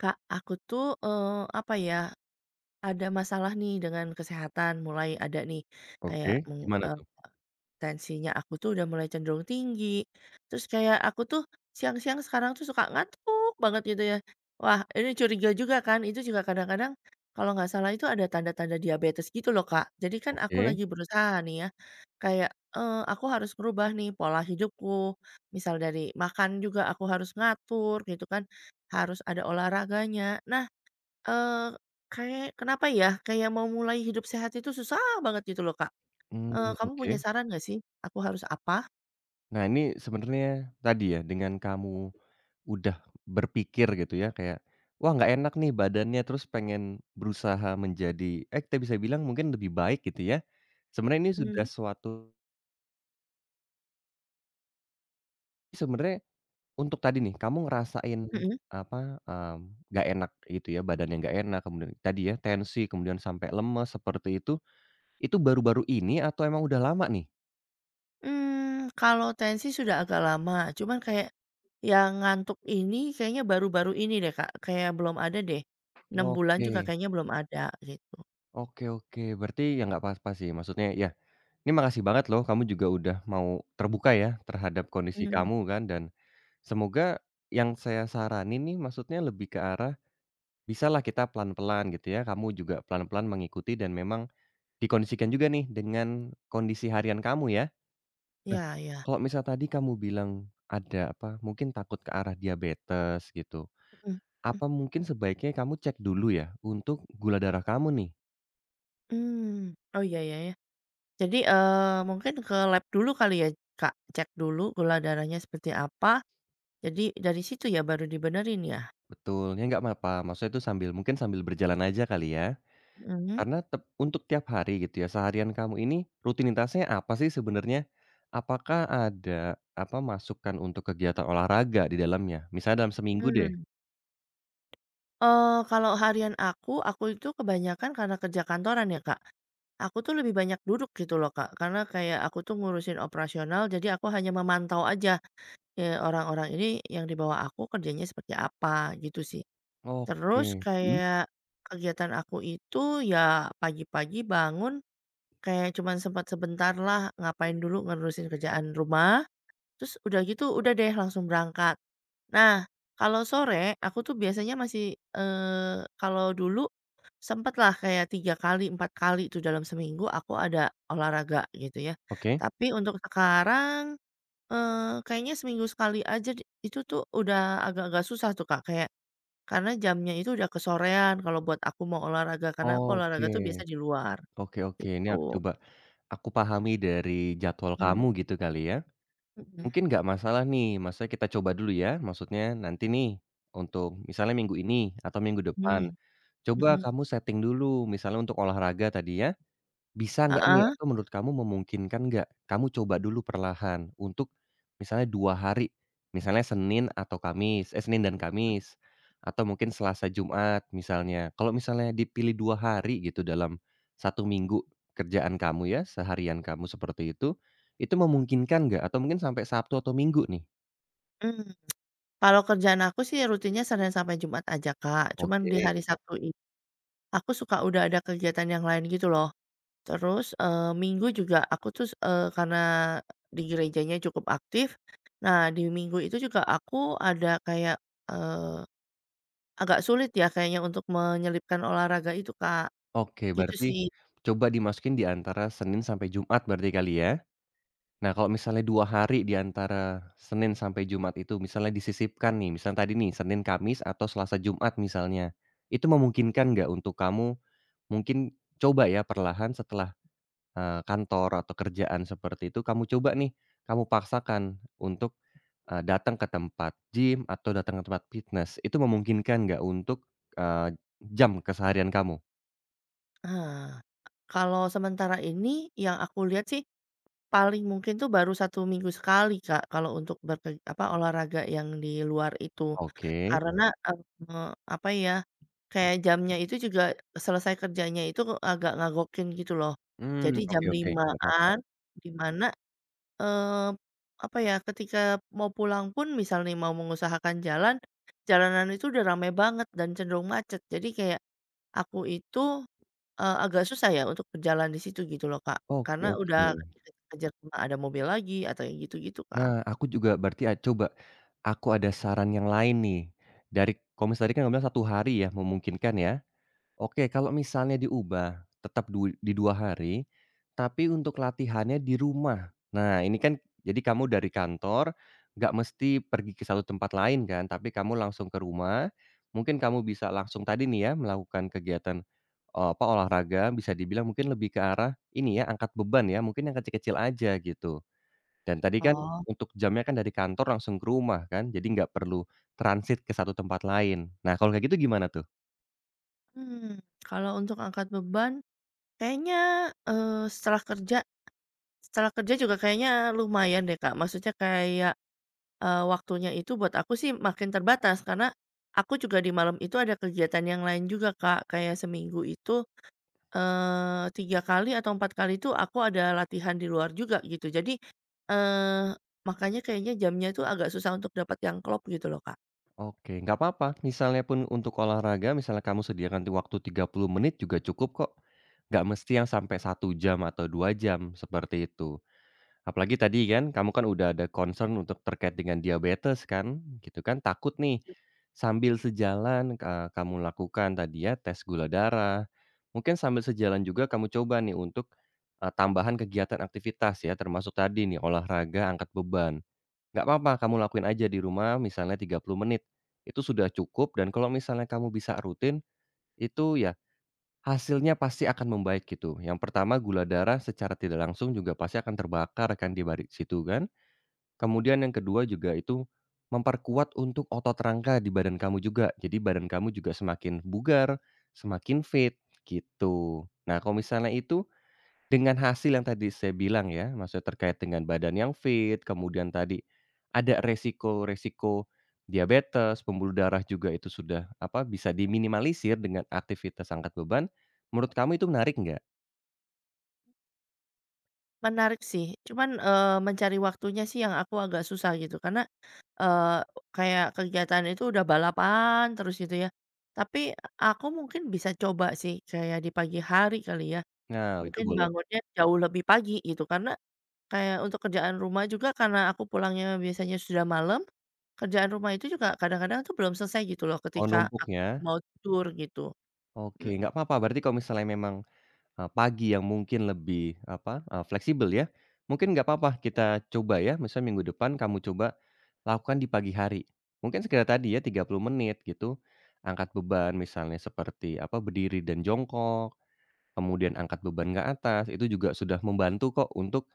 Kak, aku tuh, apa ya, ada masalah nih dengan kesehatan, mulai ada nih Oke, kayak gimana tuh? tensinya aku tuh udah mulai cenderung tinggi. Terus kayak aku tuh siang-siang sekarang tuh suka ngantuk banget gitu ya. Wah, ini curiga juga kan, itu juga kadang-kadang kalau nggak salah itu ada tanda-tanda diabetes gitu loh, Kak. Jadi kan aku Oke, lagi berusaha nih ya, kayak, aku harus merubah nih pola hidupku, misal dari makan juga aku harus ngatur gitu kan, harus ada olahraganya. Nah, Eee, kayak kenapa ya, kayak mau mulai hidup sehat itu susah banget gitu loh, Kak. mmm, Kamu punya oke. saran nggak sih, aku harus apa? Nah ini sebenarnya tadi ya, dengan kamu udah berpikir gitu ya kayak, "Wah nggak enak nih badannya," terus pengen berusaha menjadi kita bisa bilang mungkin lebih baik gitu ya. Sebenarnya ini sudah Mmm. suatu sebenarnya. Untuk tadi nih, kamu ngerasain Mhm. apa, nggak enak itu ya, badannya nggak enak, kemudian tadi ya tensi, kemudian sampai lemes seperti itu baru-baru ini atau emang udah lama nih? Kalau tensi sudah agak lama, cuman kayak yang ngantuk ini kayaknya baru-baru ini deh, Kak, kayak belum ada deh. 6 bulan juga Oke. kayaknya belum ada gitu. Oke oke, berarti ya nggak apa-apa sih, maksudnya ya ini makasih banget loh kamu juga udah mau terbuka ya terhadap kondisi Mmm. kamu kan dan semoga yang saya saranin nih maksudnya lebih ke arah bisalah kita pelan-pelan gitu ya, kamu juga pelan-pelan mengikuti dan memang dikondisikan juga nih dengan kondisi harian kamu ya. Nah, Iya, iya. kalau misal tadi kamu bilang ada apa, mungkin takut ke arah diabetes gitu, Mhm. apa mungkin sebaiknya kamu cek dulu ya untuk gula darah kamu nih? Mmm, oh, iya, iya, iya. Jadi, mungkin ke lab dulu kali ya, Kak? Cek dulu gula darahnya seperti apa, jadi dari situ ya baru dibenerin ya? Betul, ya nggak apa-apa, maksudnya itu sambil mungkin sambil berjalan aja kali ya. Mhm. Karena untuk tiap hari gitu ya, seharian kamu ini rutinitasnya apa sih sebenarnya? Apakah ada, apa, masukan untuk kegiatan olahraga di dalamnya? Misalnya dalam seminggu deh. Mmm. Kalau harian aku itu kebanyakan karena kerja kantoran ya, Kak, aku tuh lebih banyak duduk gitu loh, Kak, karena kayak aku tuh ngurusin operasional, jadi aku hanya memantau aja, orang-orang ini yang di bawah aku kerjanya seperti apa, gitu sih. Terus Oke, mhm, kayak kegiatan aku itu ya pagi-pagi bangun. Kayak cuman sempat sebentar lah, ngapain dulu ngerusin kerjaan rumah, terus udah gitu udah deh langsung berangkat. Nah, kalau sore aku tuh biasanya masih, kalau dulu sempet lah kayak 3 kali, 4 kali tuh dalam seminggu aku ada olahraga gitu ya. oke. Tapi untuk sekarang, eee, kayaknya seminggu sekali aja itu tuh udah agak-agak susah tuh Kak, kayak karena jamnya itu udah kesorean kalau buat aku mau olahraga, karena aku olahraga Oke, tuh biasa di luar oke oke, ini gitu. Aku pahami dari jadwal kamu Mmm, gitu kali ya. mhm. Mungkin nggak masalah nih, maksudnya kita coba dulu ya, maksudnya nanti nih, untuk misalnya minggu ini atau minggu depan. Mmm, Coba mhm, kamu setting dulu, misalnya untuk olahraga tadi ya, bisa nggak nih heeh, atau menurut kamu memungkinkan nggak, kamu coba dulu perlahan untuk misalnya 2 hari, misalnya Senin atau Kamis Senin dan Kamis, atau mungkin Selasa, Jumat misalnya. Kalau misalnya dipilih 2 hari gitu dalam 1 minggu kerjaan kamu ya, seharian kamu seperti itu memungkinkan nggak? Atau mungkin sampai Sabtu atau Minggu nih? mmm. Kalau kerjaan aku sih rutinnya Senin sampai Jumat aja, Kak. Cuman di Oke hari Sabtu aku suka udah ada kegiatan yang lain gitu loh. Terus, Minggu juga aku tuh, karena di gerejanya cukup aktif, nah di Minggu itu juga aku ada kayak, eee, agak sulit ya kayaknya untuk menyelipkan olahraga itu, Kak, oke, gitu berarti sih. coba dimasukin di antara Senin sampai Jumat berarti kali ya? Nah, kalau misalnya 2 hari di antara Senin sampai Jumat itu misalnya disisipkan nih, misalnya tadi nih Senin, Kamis, atau Selasa, Jumat misalnya. Itu memungkinkan nggak untuk kamu mungkin coba ya perlahan setelah, kantor atau kerjaan seperti itu kamu coba nih, kamu paksakan untuk, datang ke tempat gym atau datang ke tempat fitness. Itu memungkinkan nggak untuk, eee, jam keseharian kamu? Heeh. Kalau sementara ini yang aku lihat sih paling mungkin tuh baru satu minggu sekali, Kak, kalau untuk apa, olahraga yang di luar itu. Oke. Karena, eee, apa ya, kayak jamnya itu juga selesai kerjanya itu agak ngagokin gitu loh. Mmm, Jadi jam oke oke, nggak apa-apa. limaan an di mana, eee, apa ya, ketika mau pulang pun misal nih mau mengusahakan jalan, jalanan itu udah rame banget dan cenderung macet. Jadi kayak aku itu, agak susah ya untuk berjalan di situ gitu loh, Kak, Oke karena udah, oke, oke. kejar-kejar sama ada mobil lagi atau yang gitu-gitu, Kak. Nah, aku juga berarti a coba aku ada saran yang lain nih, dari kalau tadi kan kamu bilang 1 hari ya memungkinkan ya. Oke, kalau misalnya diubah tetap di 2 hari, tapi untuk latihannya di rumah. Nah, ini kan jadi kamu dari kantor nggak mesti pergi ke satu tempat lain kan, tapi kamu langsung ke rumah. Mungkin kamu bisa langsung tadi nih ya melakukan kegiatan, apa, olahraga bisa dibilang mungkin lebih ke arah ini ya, angkat beban ya, mungkin yang kecil-kecil aja gitu. Dan tadi kan Oh. untuk jamnya kan dari kantor langsung ke rumah kan, jadi nggak perlu transit ke satu tempat lain. Nah, kalau kayak gitu gimana tuh? Mmm, kalau untuk angkat beban kayaknya, eee, setelah kerja setelah kerja juga kayaknya lumayan deh, Kak. Maksudnya kayak, waktunya itu buat aku sih makin terbatas karena aku juga di malam itu ada kegiatan yang lain juga, Kak. Kayak seminggu itu 3 kali atau 4 kali itu aku ada latihan di luar juga gitu. Jadi, eee, makanya kayaknya jamnya itu agak susah untuk dapat yang klop gitu loh, Kak. Oke, nggak apa-apa, misalnya pun untuk olahraga, misalnya kamu sediakan di waktu 30 menit juga cukup kok. Nggak mesti yang sampai 1 jam atau 2 jam, seperti itu. Apalagi tadi kan, kamu kan udah ada concern untuk terkait dengan diabetes kan, gitu kan. Takut nih, sambil sejalan, kamu lakukan tadi ya tes gula darah, mungkin sambil sejalan juga kamu coba nih untuk, tambahan kegiatan aktivitas ya, termasuk tadi nih olahraga, angkat beban. Nggak apa-apa, kamu lakuin aja di rumah misalnya 30 menit, itu sudah cukup dan kalau misalnya kamu bisa rutin, itu ya hasilnya pasti akan membaik gitu. Yang pertama gula darah secara tidak langsung juga pasti akan terbakar kan di balik situ kan. Kemudian yang kedua juga itu memperkuat untuk otot rangka di badan kamu juga. Jadi badan kamu juga semakin bugar, semakin fit gitu. Nah, kalau misalnya itu dengan hasil yang tadi saya bilang ya, maksudnya terkait dengan badan yang fit, kemudian tadi ada resiko-resiko diabetes, pembuluh darah juga itu sudah, apa, bisa diminimalisir dengan aktivitas angkat beban, menurut kamu itu menarik nggak? Menarik sih, cuman, mencari waktunya sih yang aku agak susah gitu. Karena, eee, kayak kegiatan itu udah balapan terus gitu ya. Tapi aku mungkin bisa coba sih kayak di pagi hari kali ya. Nah, itu Mungkin boleh. bangunnya jauh lebih pagi gitu karena kayak untuk kerjaan rumah juga karena aku pulangnya biasanya sudah malam, kerjaan rumah itu juga kadang-kadang tuh belum selesai gitu loh Oh, ketika aku numpuknya? mau tidur gitu. Mhm. Oke, nggak apa-apa, berarti kalau misalnya memang pagi yang mungkin lebih apa, fleksibel ya, mungkin nggak apa-apa kita coba ya, misalnya minggu depan kamu coba lakukan di pagi hari. Mungkin sekedar tadi ya 30 menit gitu, angkat beban misalnya seperti apa, berdiri dan jongkok, kemudian angkat beban ke atas, itu juga sudah membantu kok untuk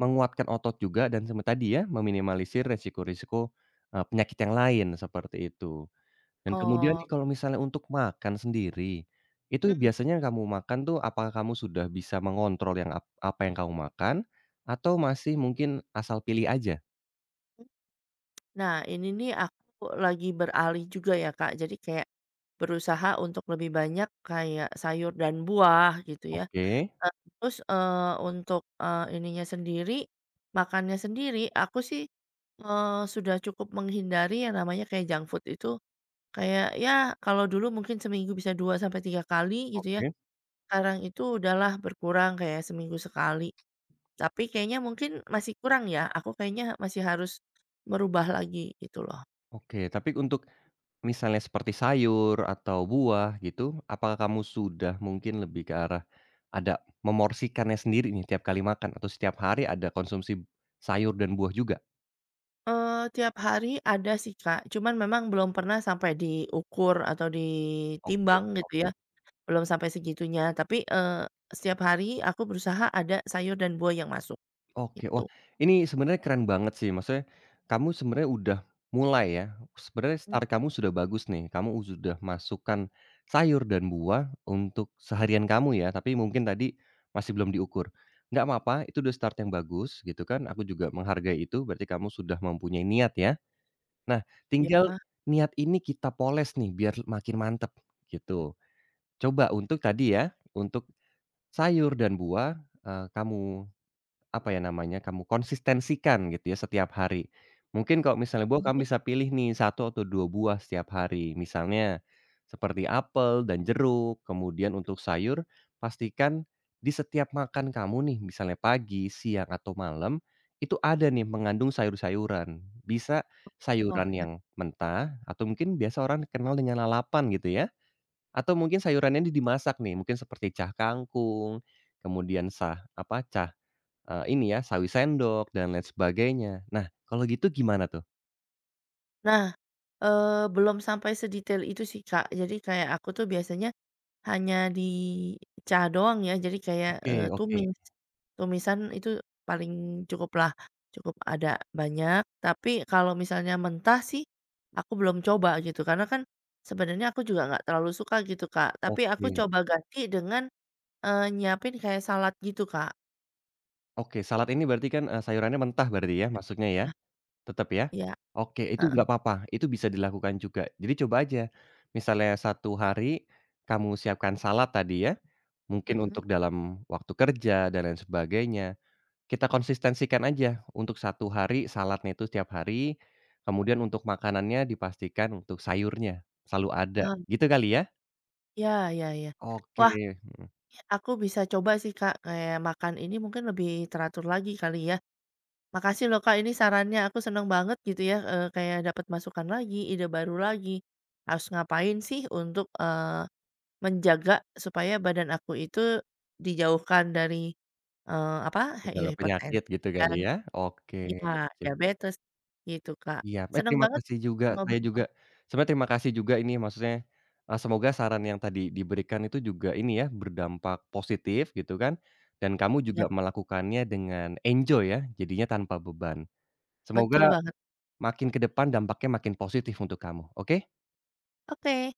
menguatkan otot juga dan sama tadi ya, meminimalisir resiko-resiko, penyakit yang lain, seperti itu. Dan kemudian Oh, nih kalau misalnya untuk makan sendiri, itu mhm. biasanya yang kamu makan tuh apakah kamu sudah bisa mengontrol yang apa yang kamu makan, atau masih mungkin asal pilih aja? Nah ini nih aku lagi beralih juga ya Kak, jadi kayak berusaha untuk lebih banyak kayak sayur dan buah gitu ya. Oke Eee, terus, untuk, ininya sendiri, makannya sendiri, aku sih, eee, sudah cukup menghindari yang namanya kayak junk food itu. Kayak ya kalau dulu mungkin seminggu bisa 2 sampai 3 kali gitu ya, oke sekarang itu udahlah berkurang kayak seminggu sekali. Tapi kayaknya mungkin masih kurang ya, aku kayaknya masih harus merubah lagi gitu loh. oke. Tapi untuk misalnya seperti sayur atau buah gitu, apakah kamu sudah mungkin lebih ke arah ada memorsikannya sendiri nih tiap kali makan atau setiap hari ada konsumsi sayur dan buah juga? Tiap hari ada sih, Kak, cuman memang belum pernah sampai diukur atau Oke ditimbang gitu oke. ya, belum sampai segitunya. Tapi, setiap hari aku berusaha ada sayur dan buah yang masuk, Oke, wah gitu. ini sebenarnya keren banget sih, maksudnya kamu sebenarnya udah mulai ya, sebenarnya Mmm. start kamu sudah bagus nih, kamu sudah masukkan sayur dan buah untuk seharian kamu ya, tapi mungkin tadi masih belum diukur. Nggak apa-apa, itu udah start yang bagus gitu kan, aku juga menghargai itu, berarti kamu sudah mempunyai niat ya. Nah, tinggal Iya. niat ini kita poles nih biar makin mantep gitu. Coba untuk tadi ya, untuk sayur dan buah, kamu apa ya namanya, kamu konsistensikan gitu ya setiap hari. Mungkin kalau misalnya buah kamu bisa pilih nih satu atau 2 buah setiap hari. Misalnya seperti apel dan jeruk, kemudian untuk sayur pastikan di setiap makan kamu nih, misalnya pagi, siang, atau malam, itu ada nih mengandung sayur-sayuran. Bisa Oh. sayuran yang mentah atau mungkin biasa orang kenal dengan lalapan gitu ya, atau mungkin sayurannya ini dimasak nih, mungkin seperti cah kangkung, kemudian cah ini ya, sawi sendok dan lain sebagainya. Nah, kalau gitu gimana tuh? Nah, belum sampai sedetail itu sih, Kak. Jadi kayak aku tuh biasanya hanya dicah doang ya, jadi kayak, Oke oke tumis. Tumisan itu paling cukuplah, cukup ada banyak, tapi kalau misalnya mentah sih aku belum coba gitu, karena kan sebenarnya aku juga nggak terlalu suka gitu, Kak. Tapi aku oke. coba ganti dengan, nyiapin kayak salad gitu, Kak. Oke, salad ini berarti kan, sayurannya mentah berarti ya maksudnya ya? Ah. Tetap ya? Ya, Oke, itu heeh. nggak apa-apa, itu bisa dilakukan juga. Jadi coba aja, misalnya 1 hari kamu siapkan salad tadi ya, mungkin Mhm. untuk dalam waktu kerja dan lain sebagainya. Kita konsistensikan aja untuk 1 hari saladnya itu setiap hari, kemudian untuk makanannya dipastikan untuk sayurnya selalu ada, Oh, gitu kali ya? iya, iya, iya. Oke, Wah, aku bisa coba sih, Kak, kayak makan ini mungkin lebih teratur lagi kali ya. Makasih loh, Kak, ini sarannya aku seneng banget gitu ya, kayak dapat masukan lagi, ide baru lagi. Harus ngapain sih untuk, menjaga supaya badan aku itu dijauhkan dari, apa, hi segala penyakit hipertensi gitu kali dan ya? Oke, iya, sip, diabetes gitu, Kak. siap. Eh, Seneng terima banget kasih juga, saya juga ngobrol. sebenarnya terima kasih juga ini maksudnya, semoga saran yang tadi diberikan itu juga ini ya, berdampak positif gitu kan, dan kamu Ya, juga melakukannya dengan enjoy ya, jadinya tanpa beban. betul Semoga banget. makin ke depan dampaknya makin positif untuk kamu, oke? Oke.